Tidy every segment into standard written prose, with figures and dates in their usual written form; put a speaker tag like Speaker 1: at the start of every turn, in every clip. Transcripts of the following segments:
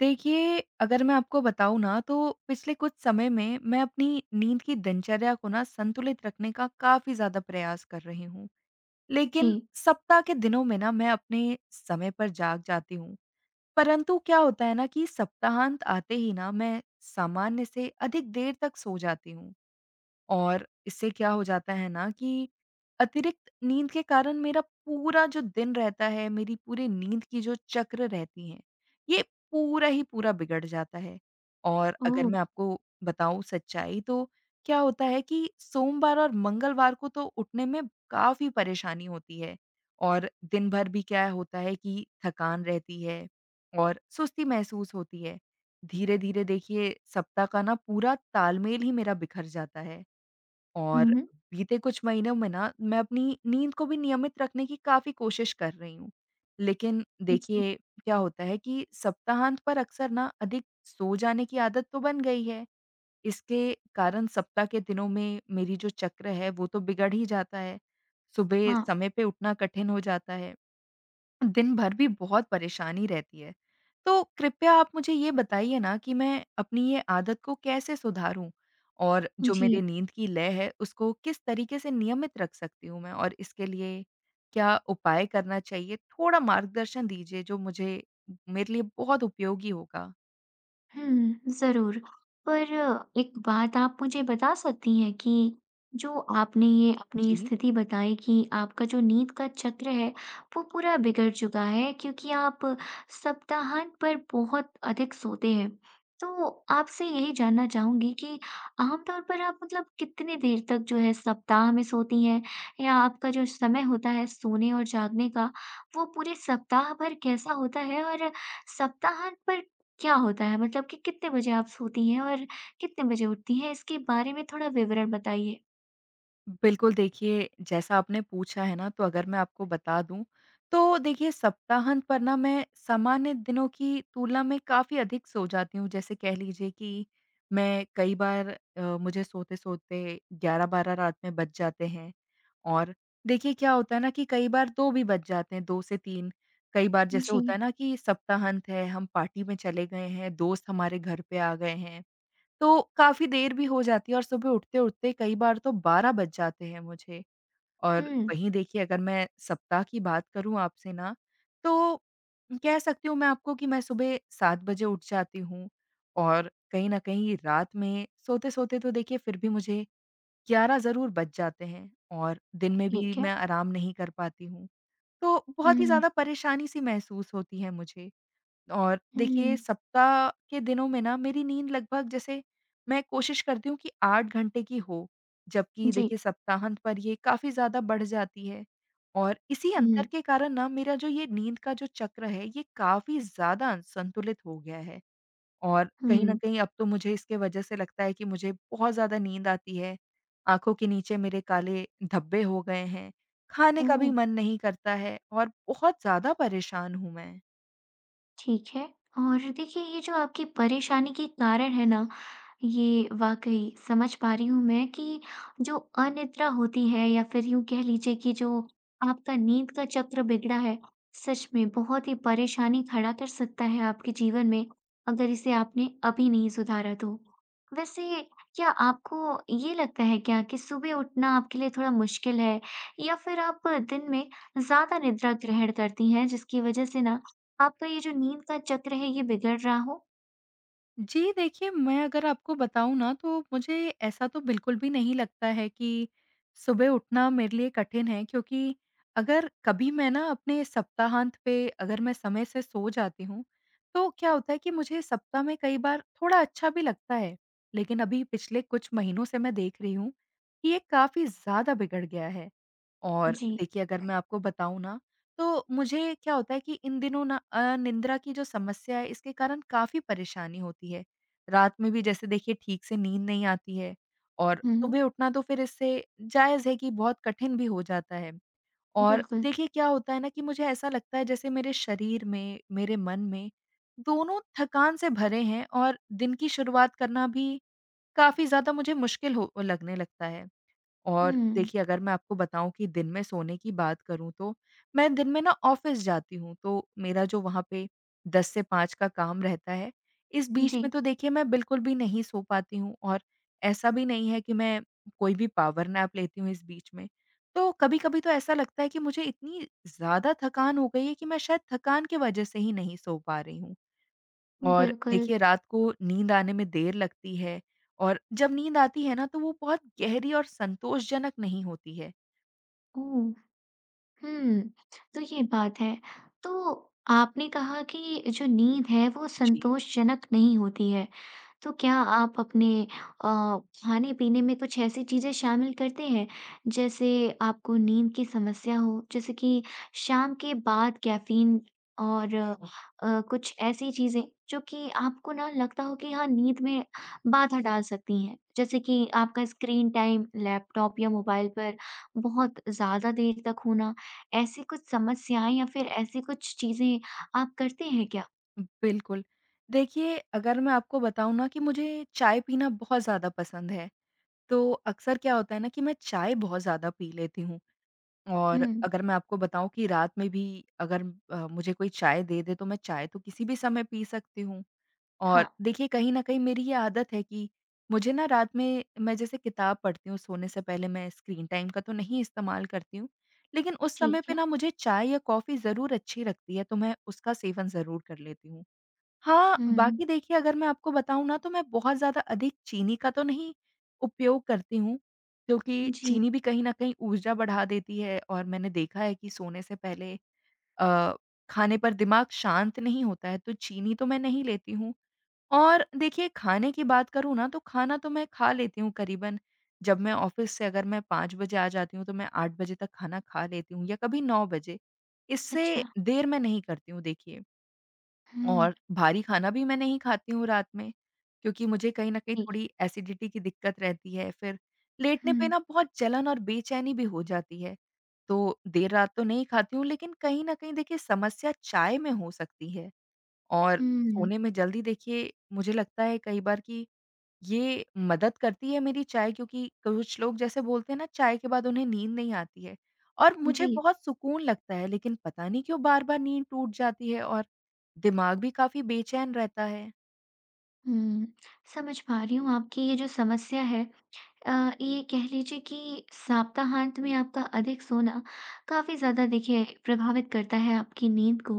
Speaker 1: देखिए, अगर मैं आपको बताऊँ ना तो पिछले कुछ समय में मैं अपनी नींद की दिनचर्या को ना संतुलित रखने का काफ़ी ज़्यादा प्रयास कर रही हूँ। लेकिन
Speaker 2: जी।
Speaker 1: सप्ताह के दिनों में ना मैं अपने समय पर जाग जाती हूँ। परंतु क्या होता है ना कि सप्ताहांत आते ही ना मैं सामान्य से अधिक देर तक सो जाती हूँ। और इससे क्या हो जाता है ना कि अतिरिक्त नींद के कारण मेरा पूरा जो दिन रहता है, मेरी पूरी नींद की जो चक्र रहती हैं, ये पूरा ही पूरा बिगड़ जाता है। और अगर
Speaker 2: ओह!
Speaker 1: मैं आपको बताऊँ सच्चाई तो क्या होता है कि सोमवार और मंगलवार को तो उठने में काफ़ी परेशानी होती है और दिन भर भी क्या होता है कि थकान रहती है और सुस्ती महसूस होती है। धीरे-धीरे देखिए सप्ताह का ना पूरा तालमेल ही मेरा बिखर जाता है।
Speaker 2: हुँ,
Speaker 1: और
Speaker 2: हुँ।
Speaker 1: बीते कुछ महीनों में ना मैं अपनी नींद को भी नियमित रखने की काफ़ी कोशिश कर रही हूँ। लेकिन
Speaker 2: जी,
Speaker 1: देखिए क्या होता है कि सप्ताहांत पर अक्सर ना अधिक सो जाने की आदत तो बन गई है। इसके कारण सप्ताह के दिनों में मेरी जो चक्र है वो तो बिगड़ ही जाता है। सुबह
Speaker 2: हाँ,
Speaker 1: समय पे उठना कठिन हो जाता है। दिन भर भी बहुत परेशानी रहती है। तो कृपया आप मुझे ये बताइए ना कि मैं अपनी ये आदत को कैसे सुधारूँ? और जो
Speaker 2: जी।
Speaker 1: मेरे नींद की लय है, उसको किस तरीके से नियमित रख सकती हूँ मैं? और इसके लिए क्या उपाय करना चाहिए? थोड़ा मार्गदर्शन दीजिए जो मुझे मेरे लिए बहुत उपयोगी होगा।
Speaker 2: हुँ, ज़रूर। पर एक बात आप मुझे बता सकती हैं कि जो आपने ये अपनी
Speaker 1: जी।
Speaker 2: स्थिति बताई कि आपका जो नींद का चक्र है, वो पूरा बिगड़ चुका है क्योंकि आप सप्ताहांत पर बहुत अधिक सोते हैं। तो आपसे यही जानना चाहूँगी कि आम तौर पर आप मतलब कितनी देर तक जो है सप्ताह में सोती हैं? या आपका जो समय होता है सोने और जागने का, वो पूरे सप्ताह भर कैसा होता है? और सप्ताहांत पर क्या होता है? मतलब कि कितने बजे आप सोती हैं और कितने बजे उठती हैं? इसके बारे में थोड़ा विवरण बताइए।
Speaker 1: बिल्कुल, देखिए जैसा आपने पूछा है ना, तो अगर मैं आपको बता दूँ, तो देखिए सप्ताहांत पर ना मैं सामान्य दिनों की तुलना में काफ़ी अधिक सो जाती हूँ। जैसे कह लीजिए कि मैं कई बार मुझे सोते-सोते 11-12 रात में बज जाते हैं और देखिए क्या होता है ना कि कई बार 2 भी बज जाते हैं, 2 से 3। कई बार जैसे होता
Speaker 2: जी।
Speaker 1: है ना कि सप्ताहांत है, हम पार्टी में चले गए हैं, दोस्त हमारे घर पे आ गए हैं तो काफ़ी देर भी हो जाती है और सुबह उठते-उठते कई बार तो 12 बज जाते हैं मुझे। और
Speaker 2: हुँ,
Speaker 1: वहीं देखिए अगर मैं सप्ताह की बात करूँ आपसे ना, तो कह सकती हूँ मैं आपको कि मैं सुबह 7 बजे उठ जाती हूँ और कहीं न कहीं रात में सोते-सोते तो देखिए फिर भी मुझे 11 ज़रूर बज जाते हैं और दिन में भी
Speaker 2: ठीक है।
Speaker 1: मैं आराम नहीं कर पाती हूँ। तो बहुत ही
Speaker 2: हुँ,
Speaker 1: ज़्यादा परेशानी-सी महसूस होती है मुझे। और देखिए
Speaker 2: हुँ।
Speaker 1: सप्ताह के दिनों में ना मेरी नींद लगभग जैसे मैं कोशिश करती हूँ कि 8 घंटे की हो, जबकि
Speaker 2: जी।
Speaker 1: देखिए सप्ताहांत पर ये काफ़ी ज़्यादा बढ़ जाती है। और इसी
Speaker 2: हुँ,
Speaker 1: अंतर के कारण ना मेरा जो ये नींद का जो चक्र है ये काफ़ी ज़्यादा संतुलित हो गया है। और कहीं न
Speaker 2: हुँ।
Speaker 1: कहीं अब तो मुझे इसके वजह से लगता है कि मुझे बहुत ज़्यादा नींद आती है, आँखों के नीचे मेरे काले धब्बे हो गए हैं, खाने का
Speaker 2: ओह!
Speaker 1: भी मन नहीं करता है और बहुत ज़्यादा परेशान हूँ मैं।
Speaker 2: ठीक है। और देखिए ये जो आपकी परेशानी के कारण है ना, ये वाकई समझ पा रही हूँ मैं कि जो अनिद्रा होती है या फिर यूं कह लीजिए कि जो आपका नींद का चक्र बिगड़ा है, सच में बहुत ही परेशानी खड़ा कर सकता है आपके जीवन में अगर इसे आपने अभी नहीं सुधारा तो। वैसे क्या आपको ये लगता है क्या कि सुबह उठना आपके लिए थोड़ा मुश्किल है या फिर आप दिन में ज्यादा निद्रा ग्रहण करती हैं जिसकी वजह से ना आपका ये जो नींद का चक्र है ये बिगड़ रहा हो।
Speaker 1: जी, देखिए मैं अगर आपको बताऊँ ना तो मुझे ऐसा तो बिल्कुल भी नहीं लगता है कि सुबह उठना मेरे लिए कठिन है क्योंकि अगर कभी मैं ना अपने सप्ताहांत पे अगर मैं समय से सो जाती हूँ, तो क्या होता है कि मुझे सप्ताह में कई बार थोड़ा अच्छा भी लगता है। लेकिन अभी पिछले कुछ महीनों से मैं देख रही हूँ कि ये काफ़ी ज़्यादा बिगड़ गया है। और
Speaker 2: जी।
Speaker 1: देखिए अगर मैं आपको बताऊँ ना तो मुझे क्या होता है कि इन दिनों ना निंद्रा की जो समस्या है इसके कारण काफ़ी परेशानी होती है। रात में भी जैसे देखिए ठीक से नींद नहीं आती है और
Speaker 2: हुँ, हुँ।
Speaker 1: सुबह उठना तो फिर इससे जायज़ है कि बहुत कठिन भी हो जाता है। और
Speaker 2: बिल्कुल।
Speaker 1: देखिए क्या होता है ना कि मुझे ऐसा लगता है जैसे मेरे शरीर में, मेरे मन में दोनों थकान से भरे हैं और दिन की शुरुआत करना भी काफ़ी ज़्यादा मुझे मुश्किल हो लगने लगता है। और
Speaker 2: हुँ।
Speaker 1: देखिए अगर मैं आपको बताऊँ कि दिन में सोने की बात करूँ तो, मैं दिन में ना ऑफ़िस जाती हूँ तो मेरा जो वहाँ पे 10 से 5 का काम रहता है, इस बीच में
Speaker 2: जी,
Speaker 1: तो देखिए मैं बिल्कुल भी नहीं सो पाती हूँ और ऐसा भी नहीं है कि मैं कोई भी पावर नैप लेती हूँ इस बीच में। तो कभी-कभी तो ऐसा लगता है कि मुझे इतनी ज़्यादा थकान हो गई है कि मैं शायद थकान की वज़ह से ही नहीं सो पा रही हूँ। और
Speaker 2: बिल्कुल।
Speaker 1: देखिए रात को नींद आने में देर लगती है और जब नींद आती है ना तो वो बहुत गहरी और संतोषजनक नहीं होती है।
Speaker 2: ओह! हुँ, तो ये बात है। तो आपने कहा कि जो नींद है वो
Speaker 1: जी।
Speaker 2: संतोषजनक नहीं होती है। तो क्या आप अपने अ, खाने-पीने में कुछ ऐसी चीज़ें शामिल करते हैं जैसे आपको नींद की समस्या हो? जैसे कि शाम के बाद कैफ़ीन और कुछ ऐसी चीज़ें जो कि आपको ना लगता हो कि हाँ, नींद में बाधा डाल सकती हैं। जैसे कि आपका स्क्रीन टाइम लैपटॉप या मोबाइल पर बहुत ज़्यादा देर तक होना ऐसी कुछ समस्याएँ या फिर ऐसी कुछ चीज़ें आप करते हैं क्या?
Speaker 1: बिल्कुल। देखिए अगर मैं आपको बताऊँ ना कि मुझे चाय पीना बहुत ज़्यादा पसंद है, तो अक्सर क्या होता है ना कि मैं चाय बहुत ज़्यादा पी लेती हूँ
Speaker 2: हुँ,
Speaker 1: और अगर मैं आपको बताऊँ कि रात में भी अगर मुझे कोई चाय दे दे तो मैं चाय तो किसी भी समय पी सकती हूँ।
Speaker 2: हाँ,
Speaker 1: और देखिए कहीं न कहीं मेरी ये आदत है कि मुझे ना रात में मैं जैसे किताब पढ़ती हूँ सोने से पहले मैं स्क्रीन टाइम का तो नहीं इस्तेमाल करती हूँ, लेकिन उस समय
Speaker 2: ठीक
Speaker 1: पे
Speaker 2: है।
Speaker 1: ना मुझे चाय या कॉफ़ी ज़रूर अच्छी लगती है, तो मैं उसका सेवन ज़रूर कर लेती हूँ। हाँ,
Speaker 2: हुँ,
Speaker 1: बाकी देखिए अगर मैं आपको बताऊँ ना तो मैं बहुत ज़्यादा अधिक चीनी का तो नहीं उपयोग करती हूँ, क्योंकि
Speaker 2: जी,
Speaker 1: चीनी भी कहीं न कहीं ऊर्जा बढ़ा देती है और मैंने देखा है कि सोने से पहले अ, खाने पर दिमाग शांत नहीं होता है, तो चीनी तो मैं नहीं लेती हूँ। और देखिए खाने की बात करूँ ना तो खाना तो मैं खा लेती हूँ करीबन जब मैं ऑफिस से अगर मैं 5 बजे आ जाती हूँ तो मैं 8 बजे तक खाना खा लेती हूँ या कभी 9 बजे। इससे
Speaker 2: अच्छा।
Speaker 1: देर मैं नहीं करती हूँ देखिए
Speaker 2: हुँ,
Speaker 1: और भारी खाना भी मैं नहीं खाती हूँ रात में क्योंकि मुझे कहीं न कहीं
Speaker 2: ठीक,
Speaker 1: थोड़ी एसिडिटी की दिक्कत रहती है। फिर लेटने पे
Speaker 2: हुँ,
Speaker 1: ना बहुत जलन और बेचैनी भी हो जाती है। तो देर रात तो नहीं खाती हूँ लेकिन कहीं न कहीं देखिए समस्या चाय में हो सकती है। और
Speaker 2: हुँ,
Speaker 1: सोने में जल्दी देखिए मुझे लगता है कई बार कि ये मदद करती है मेरी चाय क्योंकि कुछ लोग जैसे बोलते हैं ना चाय के बाद उन्हें नींद नहीं आती है और मुझे
Speaker 2: जी,
Speaker 1: बहुत सुकून लगता है लेकिन पता नहीं क्यों बार-बार नींद टूट जाती है और दिमाग भी काफ़ी बेचैन रहता है।
Speaker 2: हुँ। समझ पा रही हूँ आपकी ये जो समस्या है, ये कह लीजिए कि सप्ताहांत में आपका अधिक सोना काफ़ी ज़्यादा देखिए प्रभावित करता है आपकी नींद को।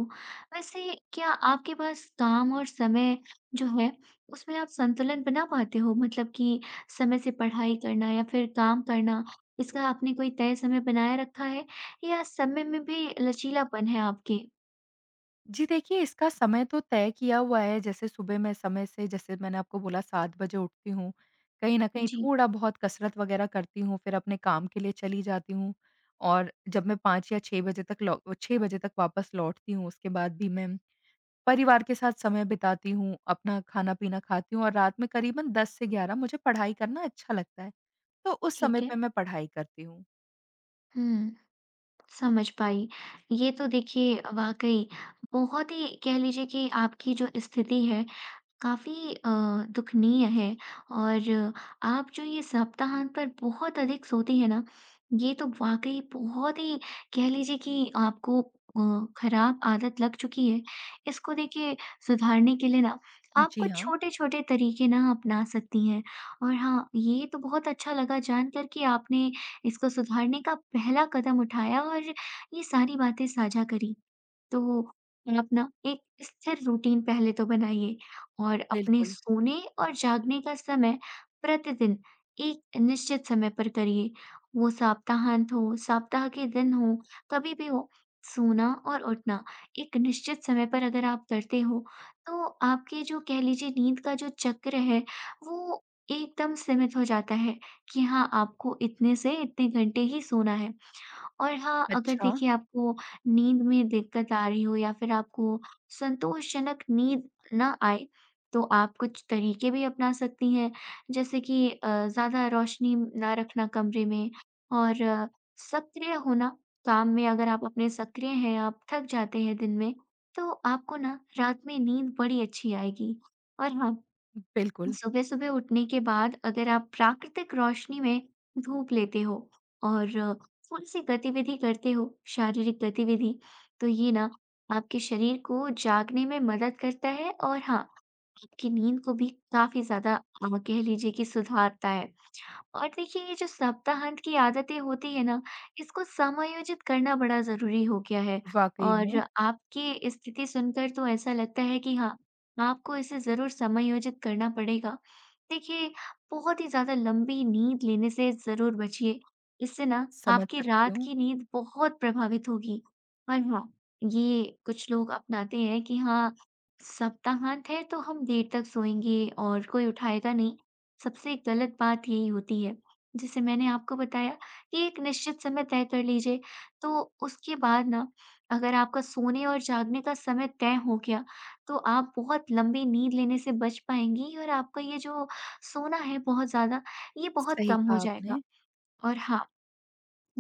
Speaker 2: वैसे क्या आपके पास काम और समय जो है, उसमें आप संतुलन बना पाते हो? मतलब कि समय से पढ़ाई करना या फिर काम करना, इसका आपने कोई तय समय बनाए रखा है या समय में भी लचीलापन है आपके?
Speaker 1: जी देखिए, इसका समय तो तय किया हुआ है, जैसे सुबह मैं समय से जैसे मैंने आपको बोला 7 बजे उठती हूँ, कहीं न कहीं
Speaker 2: जी,
Speaker 1: थोड़ा-बहुत कसरत वग़ैरह करती हूँ, फिर अपने काम के लिए चली जाती हूँ और जब मैं 5 या 6 बजे तक लौ 6 बजे तक वापस लौटती हूँ, उसके बाद भी मैं परिवार के साथ समय बिताती हूँ, अपना खाना-पीना खाती हूँ और रात में करीबन 10 से 11 मुझे पढ़ाई करना अच्छा लगता है, तो उस समय
Speaker 2: ठीक है।
Speaker 1: पे मैं पढ़ाई करती हूँ।
Speaker 2: हुँ, समझ पाई। ये तो देखिए वाक़ई बहुत ही कह लीजिए कि आपकी जो स्थिति है काफ़ी दुखनीय है। और आप जो ये सप्ताहांत पर बहुत अधिक सोती हैं ना, ये तो वाक़ई बहुत ही कह लीजिए कि आपको खराब आदत लग चुकी है। इसको देखिए सुधारने के लिए ना आप
Speaker 1: जी
Speaker 2: कुछ
Speaker 1: हाँ,
Speaker 2: छोटे-छोटे तरीके ना अपना सकती हैं। और हाँ, ये तो बहुत अच्छा लगा जानकर कि आपने इसको सुधारने का पहला कदम उठाया और ये सारी बातें साझा करी। तो आप ना एक स्थिर रूटीन पहले तो बनाइए और अपने
Speaker 1: बिल्कुल।
Speaker 2: सोने और जागने का समय प्रतिदिन एक निश्चित समय पर करिए। वो सप्ताहांत हो, सप्ताह के दिन हो, कभी भी हो, सोना और उठना एक निश्चित समय पर अगर आप करते हो, तो आपके जो कह लीजिए नींद का जो चक्र है, वो एकदम सीमित हो जाता है कि हाँ, आपको इतने से इतने घंटे ही सोना है। और हाँ, अगर
Speaker 1: अच्छा,
Speaker 2: देखिए आपको नींद में दिक्कत आ रही हो या फिर आपको संतोषजनक नींद ना आए, तो आप कुछ तरीके भी अपना सकती हैं। जैसे कि ज़्यादा रोशनी ना रखना कमरे में, और सक्रिय होना, काम में अगर आप अपने सक्रिय हैं, आप थक जाते हैं दिन में, तो आपको ना रात में नींद बड़ी अच्छी आएगी। और हाँ,
Speaker 1: बिल्कुल,
Speaker 2: सुबह सुबह उठने के बाद अगर आप प्राकृतिक रोशनी में धूप लेते हो और थोड़ी सी गतिविधि करते हो, शारीरिक गतिविधि, तो ये ना आपके शरीर को जागने में मदद करता है और हाँ आपकी नींद को भी काफी ज्यादा कह लीजिए कि सुधारता है। और देखिए ये जो सप्ताहांत की आदतें होती है ना, इसको समायोजित करना बड़ा ज़रूरी हो गया है।
Speaker 1: वाक़ई
Speaker 2: और
Speaker 1: में,
Speaker 2: आपकी स्थिति सुनकर तो ऐसा लगता है कि हाँ, आपको इसे ज़रूर समायोजित करना पड़ेगा। देखिए, बहुत ही ज़्यादा लंबी नींद लेने से ज़रूर बचिए। इससे ना
Speaker 1: समझ
Speaker 2: आपकी
Speaker 1: सकती
Speaker 2: रात
Speaker 1: हूँ।
Speaker 2: की नींद बहुत प्रभावित होगी। और हाँ, ये कुछ लोग अपनाते हैं कि हाँ, सप्ताहांत है तो हम देर तक सोएँगे और कोई उठाएगा नहीं। सबसे गलत बात यही होती है। जैसे मैंने आपको बताया कि एक निश्चित समय तय कर लीजिए, तो उसके बाद ना अगर आपका सोने और जागने का समय तय हो गया, तो आप बहुत लंबी नींद लेने से बच पाएँगी और आपका ये जो सोना है बहुत ज़्यादा, ये बहुत
Speaker 1: सही
Speaker 2: कम हो
Speaker 1: कहा
Speaker 2: जाएगा।
Speaker 1: आपने,
Speaker 2: और हाँ,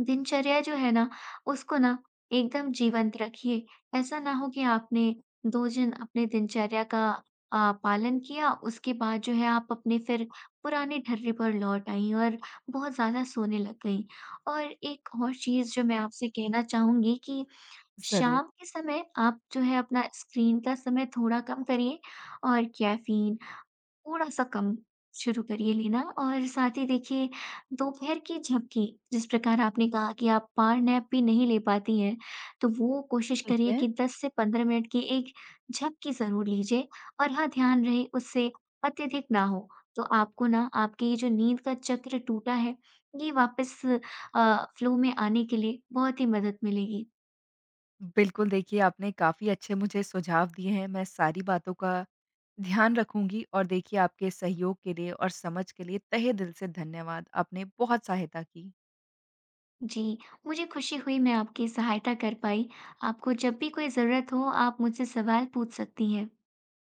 Speaker 2: दिनचर्या जो है ना, उसको ना एकदम जीवंत रखिए। ऐसा ना हो कि आपने 2 दिन अपने दिनचर्या का अ, पालन किया, उसके बाद जो है आप अपने फिर पुराने ढर्रे पर लौट आईं और बहुत ज़्यादा सोने लग गईं। और एक और चीज़ जो मैं आपसे कहना चाहूँगी कि
Speaker 1: ज़रूर,
Speaker 2: शाम के समय आप जो है अपना स्क्रीन का समय थोड़ा कम करिए और कैफ़ीन थोड़ा-सा कम शुरू करिए लेना, और साथ ही देखिए दोपहर की झपकी, जिस प्रकार आपने कहा कि आप पावर नैप भी नहीं ले पाती हैं, तो वो कोशिश
Speaker 1: ठीक
Speaker 2: करिए
Speaker 1: है।
Speaker 2: कि 10 से 15 मिनट की एक झपकी ज़रूर लीजिए और हाँ, ध्यान रहे उससे अत्यधिक ना हो। तो आपको ना आपकी ये जो नींद का चक्र टूटा है, ये वापस फ्लो में आने के लिए बहुत ही मदद मिलेगी।
Speaker 1: बिल्कुल, देखिए आपने काफ़ी अच्छे मुझे सुझाव दिए हैं, मैं सारी बातों का ध्यान रखूँगी और देखिए आपके सहयोग के लिए और समझ के लिए तहे दिल से धन्यवाद, आपने बहुत सहायता की।
Speaker 2: जी, मुझे खुशी हुई मैं आपकी सहायता कर पाई। आपको जब भी कोई ज़रूरत हो, आप मुझसे सवाल पूछ सकती हैं।